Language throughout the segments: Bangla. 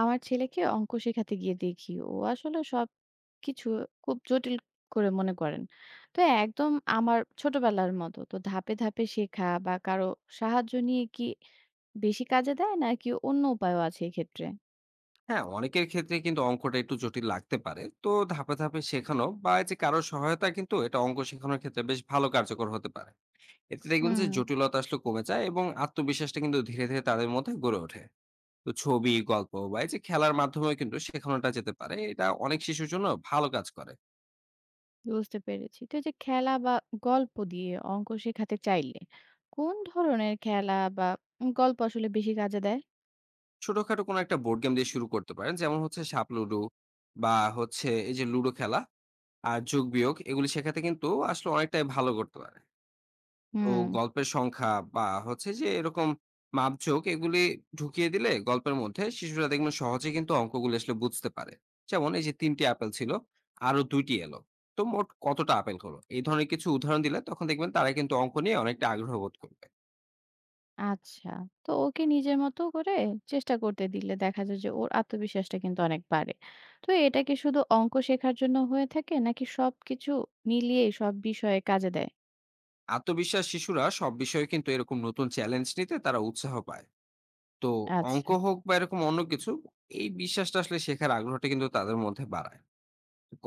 আমার ছেলেকে অঙ্ক শেখাতে গিয়ে দেখি ও আসলে সব কিছু খুব জটিল করে মনে করেন। তো একদম আমার ছোটবেলার মতো। তো ধাপে ধাপে শেখা বা কারো সাহায্য নিয়ে কি বেশি কাজে দেয়, নাকি অন্য উপায়ও আছে এক্ষেত্রে? হ্যাঁ, অনেকের ক্ষেত্রে কিন্তু অঙ্কটা একটু জটিল লাগতে পারে। তো ধাপে ধাপে শেখানো বা এই যে কারো সহায়তা, কিন্তু এটা অঙ্ক শেখানোর ক্ষেত্রে বেশ ভালো কার্যকর হতে পারে। এতে দেখবেন যে হুম, জটিলতা আসলে কমে যায় এবং আত্মবিশ্বাসটা কিন্তু ধীরে ধীরে তাদের মধ্যে গড়ে ওঠে। তো ছবি, গল্প বা এই যে খেলার মাধ্যমেও কিন্তু শেখানোটা যেতে পারে, এটা অনেক শিশুর জন্য ভালো কাজ করে। বুঝতে পেরেছি। তো এই যে খেলা বা গল্প দিয়ে অঙ্ক শেখাতে চাইলে কোন ধরনের খেলা বা গল্প আসলে বেশি কাজে দেয়? ছোটখাটো কোনো একটা বোর্ড গেম দিয়ে শুরু করতে পারেন, যেমন হচ্ছে সাপ লুডো বা হচ্ছে এই যে লুডো খেলা। আর যোগ বিয়োগ এগুলি শেখাতে কিন্তু আসলে অনেকটাই ভালো করতে পারে। তো হুম। গল্পের সংখ্যা বা হচ্ছে যে এরকম মাপঝোঁক এগুলি ঢুকিয়ে দিলে গল্পের মধ্যে, শিশুরা দেখবেন সহজে কিন্তু অঙ্কগুলো আসলে বুঝতে পারে। যেমন এই যে তিনটি আপেল ছিল, আরো দুইটি এলো, তো মোট কতটা আপেল হলো, এই ধরনের কিছু উদাহরণ দিলে তখন দেখবেন তারা কিন্তু অঙ্ক নিয়ে অনেকটা আগ্রহ বোধ করবে। আচ্ছা। তো ওকে নিজের মতো করে চেষ্টা করতে দিলে দেখা যায় যে ওর আত্মবিশ্বাসটা কিন্তু অনেক বাড়ে। তো এটা কি শুধু অঙ্ক শেখার জন্য হয়ে থাকে, নাকি সবকিছু মিলিয়েই সব বিষয়ে কাজে দেয়? আত্মবিশ্বাস শিশুরা সব বিষয়ে কিন্তু এরকম নতুন চ্যালেঞ্জ নিতে তারা উৎসাহ পায়। তো আচ্ছা। অঙ্ক হোক বা এরকম অন্য কিছু, এই বিশ্বাসটা আসলে শেখার আগ্রহটা কিন্তু তাদের মধ্যে বাড়ায়।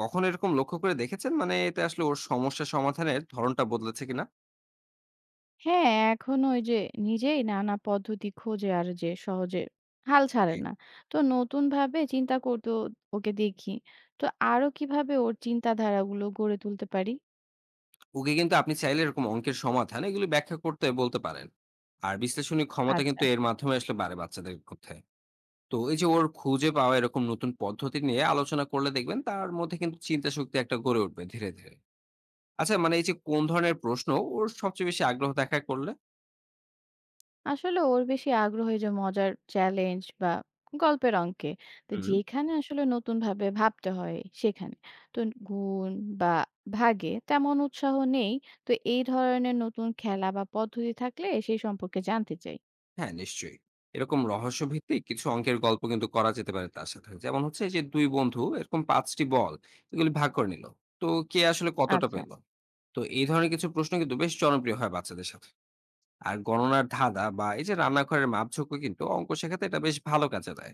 কখনো এরকম লক্ষ্য করে দেখেছেন? মানে এতে আসলে ওর সমস্যা সমাধানের ধরনটা বদলেছে কিনা? হ্যাঁ, এখন ওই যে নিজেই নানা পদ্ধতি খোঁজে, আর যে সহজে হাল ছাড়ে জি। না। তো নতুনভাবে চিন্তা করতেও ওকে দেখি। তো আরো কিভাবে ওর চিন্তাধারাগুলো গড়ে তুলতে পারি? ওকে কিন্তু আপনি চাইলে এরকম অঙ্কের সমাধান এগুলি ব্যাখ্যা করতে বলতে পারেন। আর বিশ্লেষণী ক্ষমতা আচ্ছা। কিন্তু এর মাধ্যমে আসলে বাড়ে বাচ্চাদের মধ্যে। তো এই যে ওর খুঁজে পাওয়া এরকম নতুন পদ্ধতি নিয়ে আলোচনা করলে দেখবেন তার মধ্যে কিন্তু চিন্তা শক্তি একটা গড়ে উঠবে ধীরে, ধীরে। আচ্ছা, মানে এই যে কোন ধরনের প্রশ্ন ওর সবচেয়ে বেশি আগ্রহ দেখা করলে? আসলে ওর বেশি আগ্রহ এই যে মজার চ্যালেঞ্জ বা গল্পের অঙ্কে, তো হুম। যেখানে আসলে নতুন ভাবে ভাবতে হয়। সেখানে তো গুণ বা ভাগে তেমন উৎসাহ নেই। তো এই ধরনের নতুন খেলা বা পদ্ধতি থাকলে সেই সম্পর্কে জানতে চাই। হ্যাঁ, নিশ্চয়ই। এরকম রহস্যভিত্তিক কিছু অঙ্কের গল্প কিন্তু করা যেতে পারে তার সাথে। যেমন হচ্ছে এই যে ২ বন্ধু এরকম ৫ টি বল এগুলি ভাগ করে নিল। তো কে আসলে কতটা আচ্ছা। পেল? তো এই ধরনের কিছু প্রশ্ন কিন্তু বেশ জনপ্রিয় হয় বাচ্চাদের সাথে। আর গণনার ধাঁধা বা এই যে রান্নাঘরের মাপঝোঁকও কিন্তু অঙ্ক শেখাতে এটা বেশ ভালো কাজে দেয়।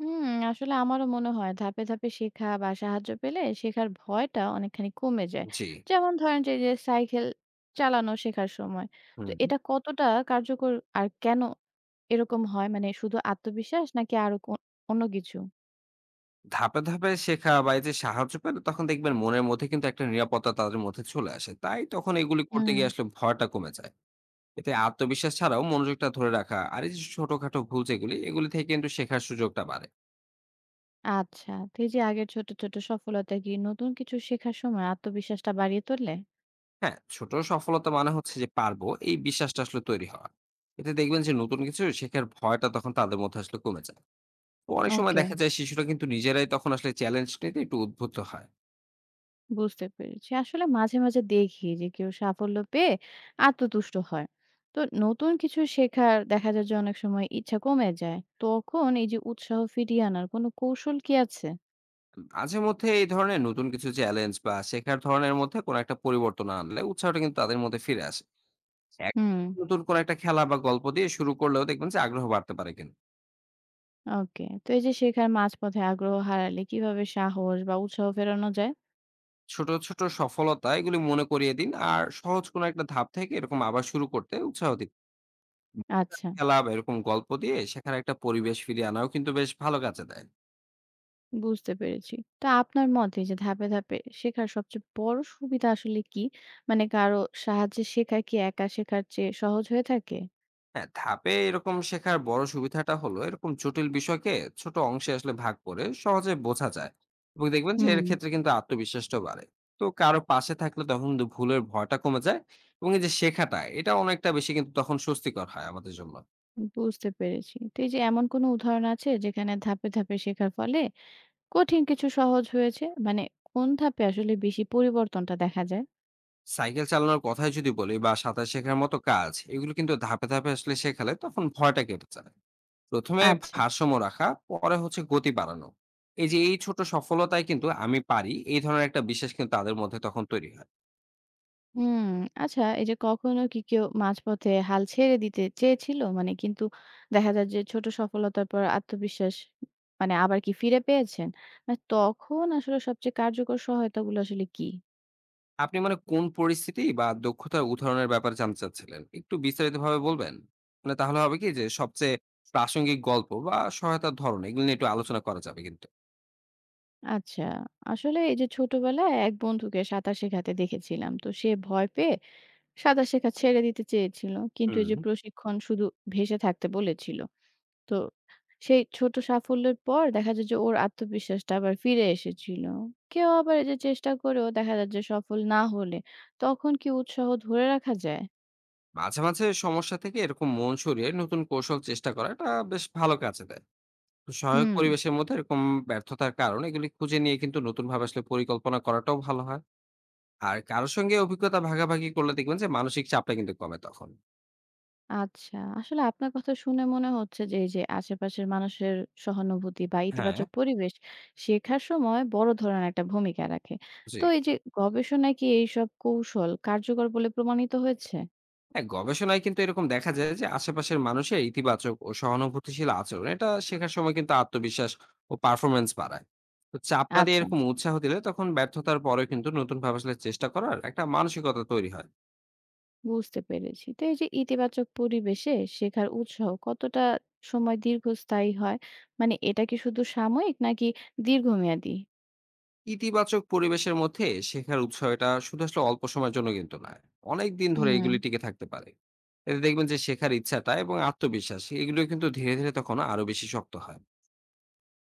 হুম, আসলে আমারও মনে হয় ধাপে ধাপে শেখা বা সাহায্য পেলে শেখার ভয়টা অনেকখানি কমে যায়। জি। যেমন ধরেন যে যে সাইকেল চালানো শেখার সময়। তো হুম। এটা কতটা কার্যকর আর কেন এরকম হয়? মানে শুধু আত্মবিশ্বাস, নাকি আরো কো অন্য কিছু? ধাপে, ধাপে শেখা বা এই যে সাহায্য পেলে তখন দেখবেন মনের মধ্যে কিন্তু একটা নিরাপত্তা তাদের মধ্যে চলে আসে। তাই তখন এগুলি করতে হুম। গিয়ে আসলে ভয়টা কমে যায়। এতে আত্মবিশ্বাস ছাড়াও মনোযোগটা ধরে রাখা আর এই যে ছোটখাটো ভুল যেগুলি, এগুলি থেকে কিন্তু শেখার সুযোগটা বাড়ে। আচ্ছা। তো এই যে আগের ছোট, ছোট সফলতা কি নতুন কিছু শেখার সময় আত্মবিশ্বাসটা বাড়িয়ে তোলে? হ্যাঁ, ছোট সফলতা মানে হচ্ছে যে পারবো, এই বিশ্বাসটা আসলে তৈরি হওয়া। এতে দেখবেন যে নতুন কিছু শেখার ভয়টা তখন তাদের মধ্যে আসলে কমে যায়। তো অনেক সময় ওকে। দেখা যায় শিশুরা কিন্তু নিজেরাই তখন আসলে চ্যালেঞ্জ নিতে একটু উদ্বুদ্ধ হয়। বুঝতে পেরেছি। আসলে মাঝে, মাঝে দেখি যে কেউ সাফল্য পেয়ে আত্মতুষ্ট হয়। তো নতুন কিছু শেখার দেখা যায় যে অনেক সময় ইচ্ছা কমে যায়। তখন এই যে উৎসাহ ফিরিয়ে আনার কোনো কৌশল কি আছে? মাঝে মধ্যে এই ধরনের নতুন কিছু চ্যালেঞ্জ বা শেখার ধরনের মধ্যে কোনো একটা পরিবর্তন আনলে উৎসাহটা কিন্তু তাদের মধ্যে ফিরে আসে। এক- হুম। নতুন কোনো একটা খেলা বা গল্প দিয়ে শুরু করলেও দেখবেন যে আগ্রহ বাড়তে পারে কিন্তু। ওকে। তো এই যে শেখার মাঝপথে আগ্রহ হারালে কিভাবে সাহস বা উৎসাহ ফেরানো যায়? ছোট, ছোট সফলতা এগুলি মনে করিয়ে দিন। আর সহজ কোনো একটা ধাপ থেকে এরকম আবার শুরু করতে উৎসাহ দিন। আচ্ছা। খেলা বা এরকম গল্প দিয়ে শেখার একটা পরিবেশ ফিরিয়ে আনাও কিন্তু বেশ ভালো কাজে দেয়। বুঝতে পেরেছি। তো আপনার মতে যে ধাপে, ধাপে শেখার সবচেয়ে বড় সুবিধা আসলে কি? মানে কারো সাহায্যে শেখা কি একা শেখার চেয়ে সহজ হয়ে থাকে? হ্যাঁ, ধাপে এরকম শেখার বড় সুবিধাটা হলো এরকম জটিল বিষয়কে ছোট অংশে আসলে ভাগ করে সহজে বোঝা যায়। এবং দেখবেন যে এর হুম। ক্ষেত্রে কিন্তু আত্মবিশ্বাসটাও বাড়ে। তো কারো পাশে থাকলে তখন কিন্তু ভুলের ভয়টা কমে যায় এবং এই যে শেখাটা এটা অনেকটা বেশি কিন্তু তখন স্বস্তিকর হয় আমাদের জন্য। বুঝতে পেরেছি। তো এই যে এমন কোনো উদাহরণ আছে যেখানে ধাপে, ধাপে শেখার ফলে কঠিন কিছু সহজ হয়েছে? মানে কোন ধাপে আসলে বেশি পরিবর্তনটা দেখা যায়? সাইকেল চালানোর কথাই যদি বলি বা সাঁতার শেখার মতো কাজ, এগুলো কিন্তু ধাপে ধাপে আসলে শেখালে তখন ভয়টা কেটে যায়। প্রথমে আচ্ছা। ভারসাম্য রাখা, পরে হচ্ছে গতি বাড়ানো, এই যে এই ছোট সফলতায় কিন্তু আমি পারি, এই ধরনের একটা বিশ্বাস কিন্তু তাদের মধ্যে তখন তৈরি হয়। হুম, আচ্ছা এই যে কখনো কি কেউ মাঝপথে হাল ছেড়ে দিতে চেয়েছিল? মানে কিন্তু দেখা যায় যে ছোট সফলতার পর আত্মবিশ্বাস মানে আবার কি ফিরে পেয়েছেন? মানে তখন আসলে সবচেয়ে কার্যকর সহায়তাগুলো আসলে কি? আপনি মানে কোন পরিস্থিতি বা দক্ষতার উদাহরণের ব্যাপারে জানতে চাচ্ছিলেন? একটু বিস্তারিতভাবে বলবেন? মানে তাহলে হবে কি, যে সবচেয়ে প্রাসঙ্গিক গল্প বা সহায়তার ধরন এগুলো নিয়ে একটু আলোচনা করা যাবে কিন্তু। আচ্ছা, আসলে এই যে ছোটবেলায় এক বন্ধুকে সাঁতার শেখাতে দেখেছিলাম। তো সে ভয় পেয়ে সাঁতার শেখা ছেড়ে দিতে চেয়েছিল, কিন্তু এই হুম। যে প্রশিক্ষণ শুধু ভেসে থাকতে বলেছিল। তো সেই ছোট সাফল্যের পর দেখা যায় যে ওর আত্মবিশ্বাসটা আবার ফিরে এসেছিল। কেউ আবার এই যে চেষ্টা করেও দেখা যায় যে সফল না হলে তখন কি উৎসাহ ধরে রাখা যায়? মাঝে মাঝে সমস্যা থেকে এরকম মন সরিয়ে নতুন কৌশল চেষ্টা করা, এটা বেশ ভালো কাজে দেয়। তো সহায়ক হুম, পরিবেশের মধ্যে এরকম ব্যর্থতার কারণ এগুলি খুঁজে নিয়ে কিন্তু নতুন ভাবে আসলে পরিকল্পনা করাটাও ভালো হয়। আর কারোর সঙ্গে অভিজ্ঞতা ভাগাভাগি করলে দেখবেন যে মানসিক চাপটা কিন্তু কমে তখন। আচ্ছা। আসলে আপনার কথা শুনে মনে হচ্ছে যে এই যে আশেপাশের মানুষের সহানুভূতি বা হ্যাঁ। ইতিবাচক পরিবেশ শেখার সময় বড় ধরনের একটা ভূমিকা রাখে। জি। তো এই যে গবেষণায় কি এইসব কৌশল কার্যকর বলে প্রমাণিত হয়েছে? হ্যাঁ, গবেষণায় কিন্তু এরকম দেখা যায় যে আশেপাশের মানুষের ইতিবাচক ও সহানুভূতিশীল আচরণ, এটা শেখার সময় কিন্তু আত্মবিশ্বাস ও পারফরমেন্স বাড়ায়। তো চাপ না দিয়ে আচ্ছা। এরকম উৎসাহ দিলে তখন ব্যর্থতার পরেও কিন্তু নতুন ভাবে আসলে চেষ্টা করার একটা মানসিকতা তৈরি হয়। বুঝতে পেরেছি। তো এই যে ইতিবাচক পরিবেশে শেখার উৎসাহ কতটা সময় দীর্ঘস্থায়ী হয়? মানে এটা কি শুধু সাময়িক, নাকি দীর্ঘমেয়াদী? ইতিবাচক পরিবেশের মধ্যে শেখার উৎসাহটা শুধু আসলে অল্প সময়ের জন্য কিন্তু নয়, অনেক দিন ধরে হুম, এগুলি টিকে থাকতে পারে। এতে দেখবেন যে শেখার ইচ্ছাটা এবং আত্মবিশ্বাস এগুলো কিন্তু ধীরে ধীরে তখন আরো বেশি শক্ত হয়।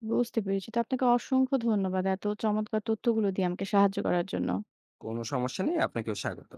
বুঝতে পেরেছি। তো আপনাকে অসংখ্য ধন্যবাদ এত চমৎকার তথ্যগুলো দিয়ে আমাকে সাহায্য করার জন্য। কোনো সমস্যা নেই, আপনাকেও স্বাগত।